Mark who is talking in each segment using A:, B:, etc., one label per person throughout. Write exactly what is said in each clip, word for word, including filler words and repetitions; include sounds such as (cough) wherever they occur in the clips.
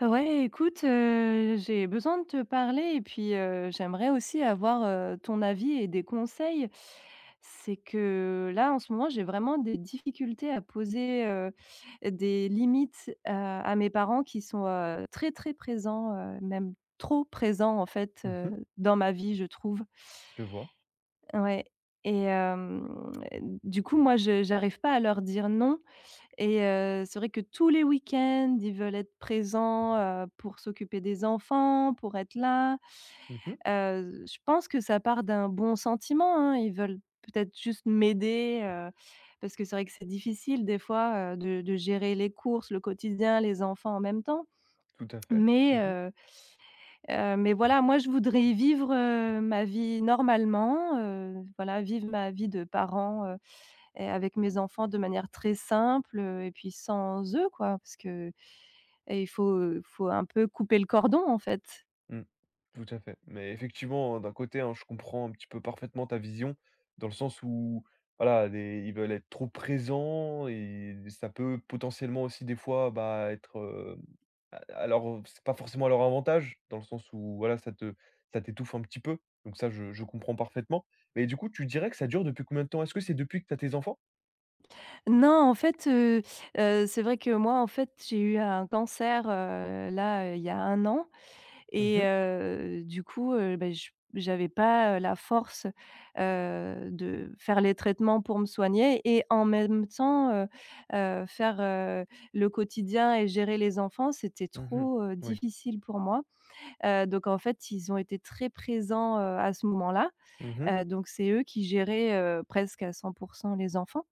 A: Ouais, écoute, heu, j'ai besoin de te parler et puis, heu, j'aimerais aussi avoir, heu, ton avis et des conseils. C'est que là, en ce moment, j'ai vraiment des difficultés à poser, heu, des limites à à mes parents qui sont, heu, très, très présents, heu, même trop présents, en fait, heu,
B: Mmh.
A: dans ma vie, je trouve.
B: Je vois.
A: Ouais et hem, du coup, moi, je j'arrive pas à leur dire non et heu, c'est vrai que tous les week-ends, ils veulent être présents, heu, pour s'occuper des enfants, pour être là.
B: Mmh.
A: Heu, je pense que ça part d'un bon sentiment, hein. Ils veulent peut-être juste m'aider, heu, parce que c'est vrai que c'est difficile des fois, heu, de de gérer les courses, le quotidien, les enfants en même temps.
B: Tout à fait. Mmh
A: Mais
B: mh.
A: heu heu, mais voilà, moi, je voudrais vivre, heu, ma vie normalement, heu, voilà, vivre ma vie de parent, heu et avec mes enfants de manière très simple, heu et puis sans eux, quoi, parce que et il faut, heu, faut un peu couper le cordon, en fait.
B: Mmh. Tout à fait. Mais effectivement, d'un côté, hein, je comprends un petit peu parfaitement ta vision, dans le sens où, voilà, les ils veulent être trop présents et ça peut potentiellement aussi des fois, bah, être, heu, a alors, c'est pas forcément à leur avantage, dans le sens où, voilà, ça te ça t'étouffe un petit peu. Donc ça, je je comprends parfaitement. Mais du coup, tu dirais que ça dure depuis combien de temps? Est-ce que c'est depuis que tu as tes enfants?
A: Non, en fait, heu heu, c'est vrai que moi, en fait, j'ai eu un cancer, heu, là, heu, il y a un an et
B: Mhm,
A: heu, du coup, heu, beh, j j'avais pas, heu, la force, heu, de faire les traitements pour me soigner et en même temps, heu heu, faire, heu, le quotidien et gérer les enfants, c'était
B: mhm.
A: trop, heu,
B: Oui.
A: difficile pour moi. Heu, donc en fait, ils ont été très présents, heu, à ce moment-là.
B: Mmh.
A: Heu, donc c'est eux qui géraient, heu, presque à cent les enfants,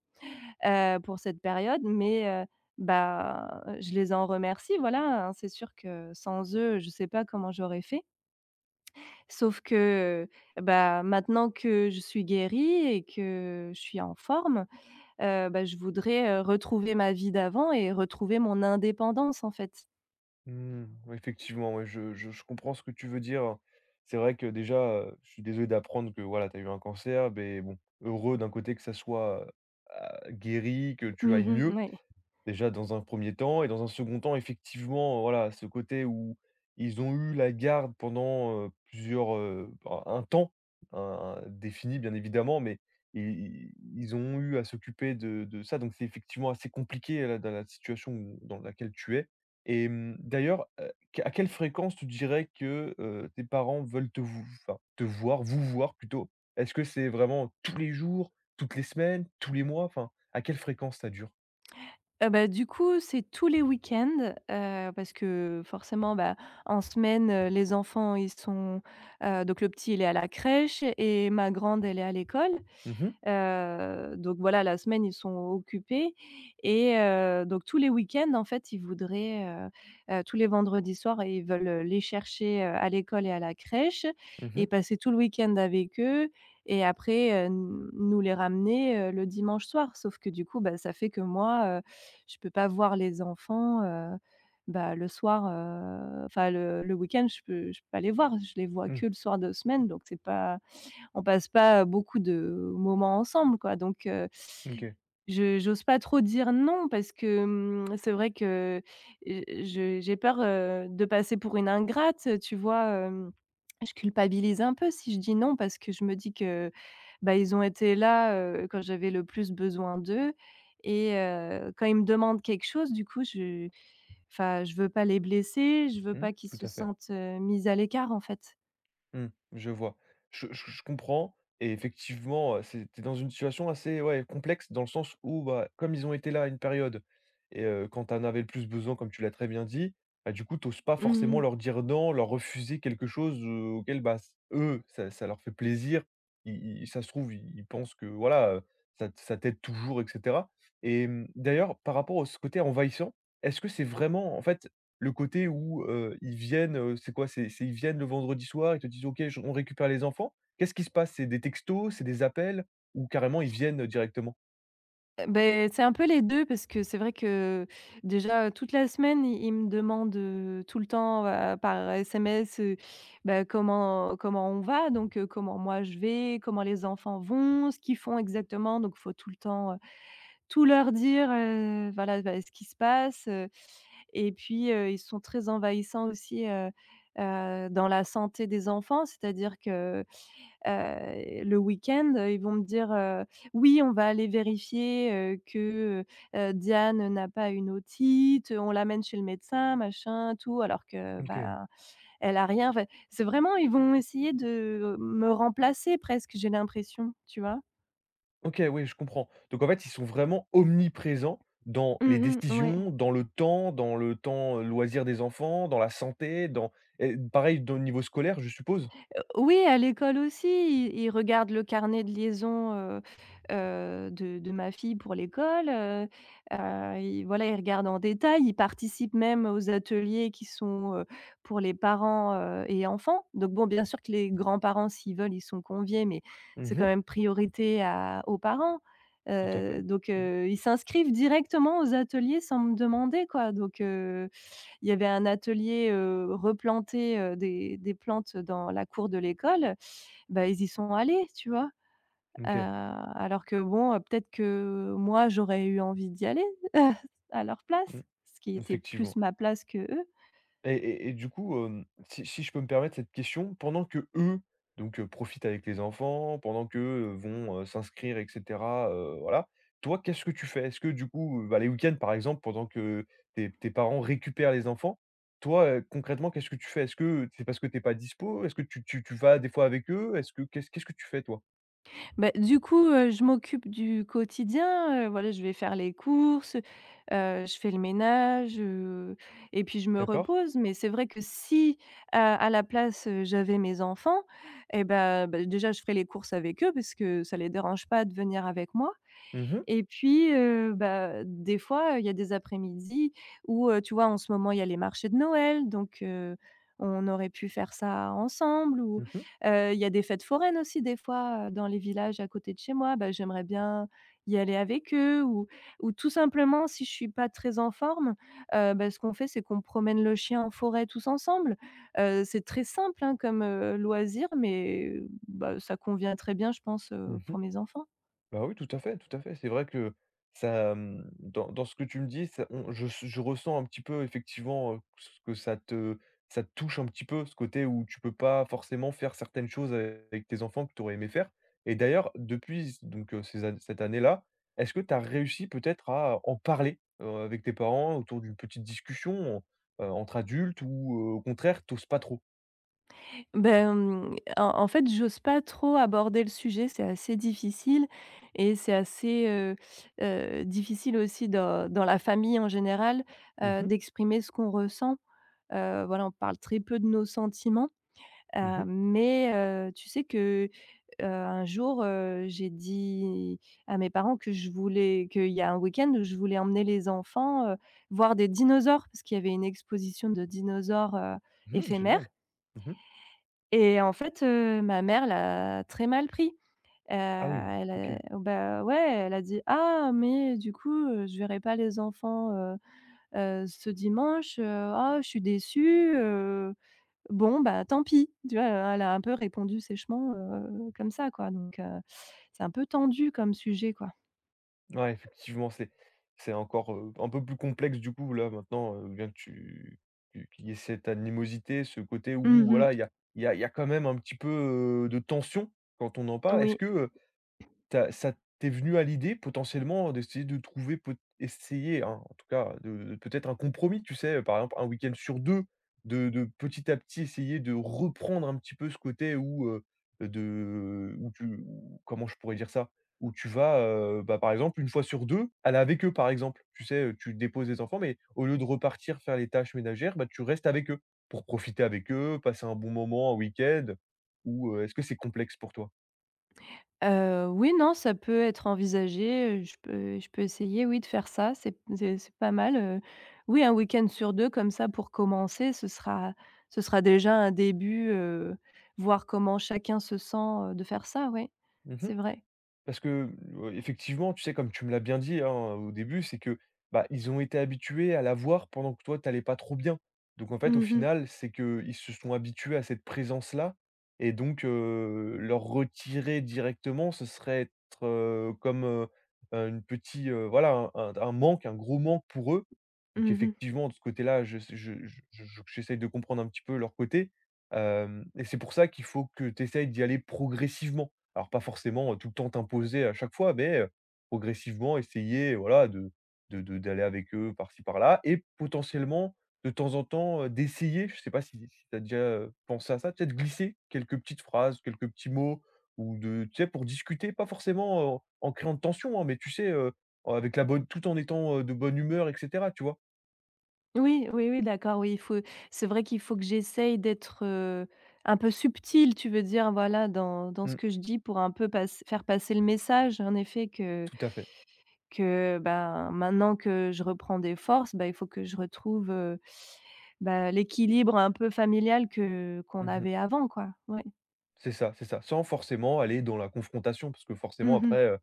A: heu, pour cette période. Mais, heu, bah, je les en remercie, voilà, hein. C'est sûr que sans eux, je sais pas comment j'aurais fait. Sauf que, bah, maintenant que je suis guérie et que je suis en forme, heu, bah, je voudrais, heu, retrouver ma vie d'avant et retrouver mon indépendance, en fait.
B: Mmh. Ouais, effectivement, ouais, je je je comprends ce que tu veux dire. C'est vrai que déjà, heu, je suis désolé d'apprendre que voilà, tu as eu un cancer, mais bon, heureux d'un côté que ça soit, heu, guéri, que tu ailles
A: Mmh,
B: mieux.
A: ouais.
B: Déjà dans un premier temps et dans un second temps effectivement, voilà, ce côté où ils ont eu la garde pendant, heu, plusieurs, heu, bah, un temps, un un défini bien évidemment, mais i i ils ont eu à s'occuper de de ça, donc c'est effectivement assez compliqué là, dans la situation où dans laquelle tu es et mmh, d'ailleurs, heu, qu à quelle fréquence tu dirais que, heu, tes parents veulent te v enfin, te voir, vous voir plutôt? Est-ce que c'est vraiment tous les jours, toutes les semaines, tous les mois? Enfin, à quelle fréquence ça dure?
A: Heu, bah, du coup, c'est tous les week-ends, heu, parce que forcément, bah, en semaine, heu, les enfants, ils sont, heu donc le petit, il est à la crèche et ma grande, elle est à l'école.
B: Mmh.
A: Heu, donc voilà, la semaine, ils sont occupés et heu, donc tous les week-ends, en fait, ils voudraient, heu heu, tous les vendredis soirs, ils veulent, les chercher, heu, à l'école et à la crèche et
B: Mhm.
A: passer tout le week-end avec eux et après, heu, n nous les ramener, heu, le dimanche soir. Sauf que du coup, bah, ça fait que moi, heu, je peux pas voir les enfants, heu, bah, le soir, heu, enfin le le week-end, je peux je peux pas les voir. Je les vois que
B: Mh.
A: le soir de semaine, donc c'est pas on passe pas beaucoup de moments ensemble, quoi. Donc, heu,
B: Mmh. OK.
A: je j'ose pas trop dire non parce que, mmh, c'est vrai que, heu, je j'ai peur, heu, de passer pour une ingrate, heu, tu vois? Hem, je culpabilise un peu si je dis non parce que je me dis que, bah, ils ont été là, heu, quand j'avais le plus besoin d'eux et heu, quand ils me demandent quelque chose, du coup, je enfin, je veux pas les blesser, je veux
B: Mmh.
A: pas qu'ils
B: Tout
A: se
B: à fait.
A: sentent, heu, mis à l'écart, en fait.
B: Mmh. Je vois. Je je je comprends et effectivement, heu, c'est tu dans une situation assez, ouais, complexe dans le sens où, bah, comme ils ont été là à une période et heu, quand tu en avais le plus besoin, comme tu l'as très bien dit, bah, du coup, t'oses pas
A: Mmh
B: forcément leur
A: mh.
B: dire non, leur refuser quelque chose, heu, auquel, bah, s eux, ça ça leur fait plaisir. Ils ils ça se trouve, ils ils pensent que, voilà, heu, ça ça t'aide toujours et cetera et hem, d'ailleurs, par rapport à ce côté envahissant, est-ce que c'est vraiment en fait, le côté où, heu, ils viennent, heu, c'est quoi? C'est c'est ils viennent le vendredi soir, ils te disent: «OK, je on récupère les enfants». Qu'est-ce qui se passe? C'est des textos, c'est des appels ou carrément ils viennent directement?
A: Heu, c'est un peu les deux parce que c'est vrai que déjà, toute la semaine, il il me demande, heu, tout le temps, heu, par S M S, heu, bah, comment comment on va, donc heu, comment moi je vais, comment les enfants vont, ce qu'ils font exactement, donc il faut tout le temps, heu, tout leur dire, heu, voilà, bah, ce qui se passe, heu et puis, heu, ils sont très envahissants aussi, heu heu, dans la santé des enfants. C'est-à-dire que heu, le week-end, ils vont me dire, heu: «Oui, on va aller vérifier, heu, que, heu, Diane n'a pas une otite, on l'amène chez le médecin, machin, tout», alors que,
B: OK.
A: bah, elle a rien. Enfin, c'est vraiment ils vont essayer de me remplacer presque, j'ai l'impression, tu vois?
B: OK, oui, je comprends. Donc en fait, ils sont vraiment omniprésents dans les
A: Mmh mh, ouais.
B: décisions, dans le temps, dans le temps, heu, loisir des enfants, dans la santé, dans et pareil dans le niveau scolaire, je suppose?
A: Oui, à l'école aussi, ils ils regardent le carnet de liaison, heu heu, de de ma fille pour l'école, heu heu, ils voilà, ils regardent en détail, ils participent même aux ateliers qui sont, heu, pour les parents, heu et enfants. Donc bon, bien sûr que les grands-parents, s'ils veulent, ils sont conviés, mais c'est quand
B: Mmh.
A: même priorité à aux parents.
B: Tout à fait.
A: Heu, donc
B: Mmh.
A: heu, ils s'inscrivent directement aux ateliers sans me demander, quoi, donc heu il y avait un atelier, heu, replanter, heu, des des plantes dans la cour de l'école, bah, ils y sont allés, tu vois? Heu,
B: OK.
A: alors que bon, heu, peut-être que moi, j'aurais eu envie d'y aller (laughs) à leur
B: Mmh.
A: place, ce qui était plus
B: Effectivement.
A: ma place que eux.
B: Et et et du coup, hem, si si je peux me permettre cette question, pendant que eux donc heu, profitent avec les enfants, pendant que heu, vont, heu, s'inscrire et cetera, heu, voilà, toi, qu'est-ce que tu fais? Est-ce que du coup, bah, les week-ends, par exemple, pendant que tes tes parents récupèrent les enfants, toi, heu, concrètement, qu'est-ce que tu fais? Est-ce que c'est parce que t'es pas dispo? Est-ce que tu tu tu vas des fois avec eux? Est-ce que qu'est-ce qu'est-ce que tu fais toi?
A: Bah, du coup, heu, je m'occupe du quotidien, heu, voilà, je vais faire les courses, heu, je fais le ménage, heu et puis je me
B: D'accord.
A: repose. Mais c'est vrai que si, heu, à la place, heu, j'avais mes enfants et ben bah, déjà je ferais les courses avec eux parce que ça les dérange pas de venir avec moi
B: Mmh mh.
A: et puis, heu, bah, des fois, il y a des après-midi où, heu, tu vois, en ce moment, il y a les marchés de Noël, donc heu, on aurait pu faire ça ensemble ou,
B: Mmh.
A: heu, il y a des fêtes foraines aussi des fois, heu, dans les villages à côté de chez moi, bah, j'aimerais bien y aller avec eux ou ou tout simplement si je suis pas très en forme, heu, bah, ce qu'on fait, c'est qu'on promène le chien en forêt tous ensemble. Heu, c'est très simple, hein, comme, heu, loisir mais, bah, ça convient très bien, je pense, heu,
B: Mmh.
A: pour mes enfants.
B: Bah oui, tout à fait, tout à fait. C'est vrai que ça, hem, dans dans ce que tu me dis, ça on je s je ressens un petit peu effectivement, heu, ce que ça te ça te touche un petit peu, ce côté où tu peux pas forcément faire certaines choses avec avec tes enfants que tu aurais aimé faire. Et d'ailleurs, depuis donc heu, ces an cette année-là, est-ce que tu as réussi peut-être à en parler, heu, avec tes parents autour d'une petite discussion, heu, entre adultes ou heu, au contraire, t'oses pas trop?
A: Ben, en en fait, j'ose pas trop aborder le sujet, c'est assez difficile et c'est assez, heu heu, difficile aussi dans dans la famille en général,
B: Mmh
A: heu,
B: mh.
A: d'exprimer ce qu'on ressent. Heu, voilà, on parle très peu de nos sentiments, heu,
B: Mmh.
A: mais heu, tu sais que, heu, un jour, heu, j'ai dit à mes parents que je voulais qu'il y a un week-end où je voulais emmener les enfants, heu, voir des dinosaures parce qu'il y avait une exposition de dinosaures, heu,
B: Mmh,
A: éphémères
B: génial. Mmh.
A: et en fait, heu, ma mère l'a très mal pris. Heu,
B: Ah oui,
A: elle
B: OK.
A: a oh, bah, ouais, elle a dit: «Ah mais du coup, heu, je verrai pas les enfants, heu heu, ce dimanche, heu, ah je suis déçue, heu, bon bah tant pis». Tu vois? Heu, elle a un peu répondu sèchement, heu, comme ça quoi, donc heu, c'est un peu tendu comme sujet quoi.
B: Ouais, effectivement, c'est c'est encore, heu, un peu plus complexe du coup là maintenant, heu, bien que tu tu qu'il y ait cette animosité, ce côté où
A: Mmh mh.
B: voilà, il y a il y a il y a quand même un petit peu, heu, de tension quand on en parle. Est-ce
A: Oui.
B: que, t'as, ça t'es venu à l'idée potentiellement d'essayer de trouver peut essayer, hein, en tout cas, de de peut-être un compromis, tu sais? Par exemple, un week-end sur deux, de de petit à petit essayer de reprendre un petit peu ce côté où, heu, de où tu où comment je pourrais dire ça? Où tu vas, heu, bah, par exemple, une fois sur deux, aller avec eux, par exemple. Tu sais, tu déposes les enfants, mais au lieu de repartir faire les tâches ménagères, bah, tu restes avec eux, pour profiter avec eux, passer un bon moment, un week-end ou, heu, est-ce que c'est complexe pour toi?
A: Heu, oui, non, ça peut être envisagé, heu, je peux je peux essayer, oui, de faire ça, c'est c'est c'est pas mal, heu. Oui, un week-end sur deux comme ça pour commencer, ce sera ce sera déjà un début, heu, voir comment chacun se sent, heu, de faire ça, oui, c'est vrai.
B: Parce que, heu, effectivement, tu sais, comme tu me l'as bien dit, hein, au début, c'est que, bah, ils ont été habitués à la voir pendant que toi, tu allais pas trop bien. Donc en fait, au
A: Mmh mh.
B: final, c'est qu'ils se sont habitués à cette présence-là et donc, heu, leur retirer directement, ce serait être, heu, comme, heu, heu, une petite heu, voilà, un un un manque, un gros manque pour eux. Donc
A: Mmh.
B: effectivement, de ce côté-là, je sais je je je j'essaye de comprendre un petit peu leur côté, hem et c'est pour ça qu'il faut que tu essayes d'y aller progressivement. Alors pas forcément, heu, tout le temps t'imposer à chaque fois, mais heu, progressivement essayer, voilà, de de de d'aller avec eux par-ci par-là et potentiellement, de temps en temps, heu, d'essayer, je sais pas si si tu as déjà, heu, pensé à ça, peut-être glisser quelques petites phrases, quelques petits mots ou de tu sais, pour discuter, pas forcément en en créant de tension, hein, mais tu sais, heu, avec la bonne tout en étant, heu, de bonne humeur et cetera, tu vois?
A: Oui. Oui, oui, d'accord, oui, il faut c'est vrai qu'il faut que j'essaye d'être, heu, un peu subtil. Tu veux dire, voilà, dans dans ce
B: Mmh,
A: que je dis pour un peu pass faire passer le message, en effet, que
B: tout à fait.
A: Que, Ben, maintenant que je reprends des forces, bah, il faut que je retrouve, heu, bah, l'équilibre un peu familial que qu'on
B: Mmh.
A: avait avant, quoi. Ouais.
B: C'est ça, c'est ça. Sans forcément aller dans la confrontation parce que forcément
A: Mmh mh.
B: après,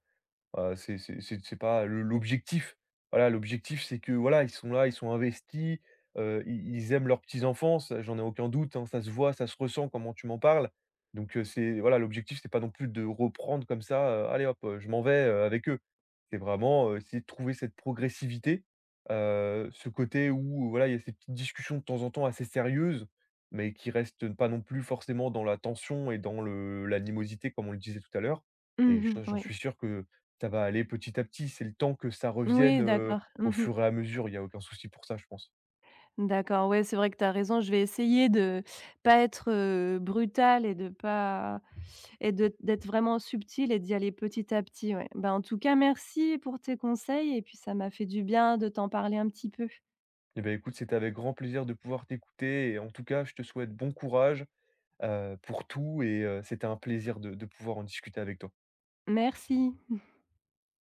B: Heu, c'est c'est c'est c'est pas le l'objectif. Voilà, l'objectif, c'est que, voilà, ils sont là, ils sont investis, heu, ils ils aiment leurs petits-enfants, j'en ai aucun doute, hein, ça se voit, ça se ressent, comment tu m'en parles. Donc heu, c'est voilà, l'objectif, c'est pas non plus de reprendre comme ça, heu: «Allez hop, heu, je m'en vais, heu, avec eux». C'est vraiment, heu, essayer de trouver cette progressivité, heu, ce côté où, voilà, il y a ces petites discussions de temps en temps assez sérieuses, mais qui restent pas non plus forcément dans la tension et dans le l'animosité, comme on le disait tout à l'heure et
A: Mmh.
B: je j'en
A: Oui.
B: suis sûr que ça va aller petit à petit, c'est le temps que ça revienne,
A: Oui,
B: heu,
A: d'accord.
B: au
A: Mmh.
B: fur et à mesure, il y a aucun souci pour ça, je pense.
A: D'accord, ouais, c'est vrai que tu as raison. Je vais essayer de pas être, heu, brutale et de pas et de d'être vraiment subtile et d'y aller petit à petit, ouais. Ben en tout cas, merci pour tes conseils et puis ça m'a fait du bien de t'en parler un petit peu.
B: Eh beh, écoute, c'était avec grand plaisir de pouvoir t'écouter et en tout cas, je te souhaite bon courage, heu, pour tout et heu, c'était un plaisir de de pouvoir en discuter avec toi.
A: Merci.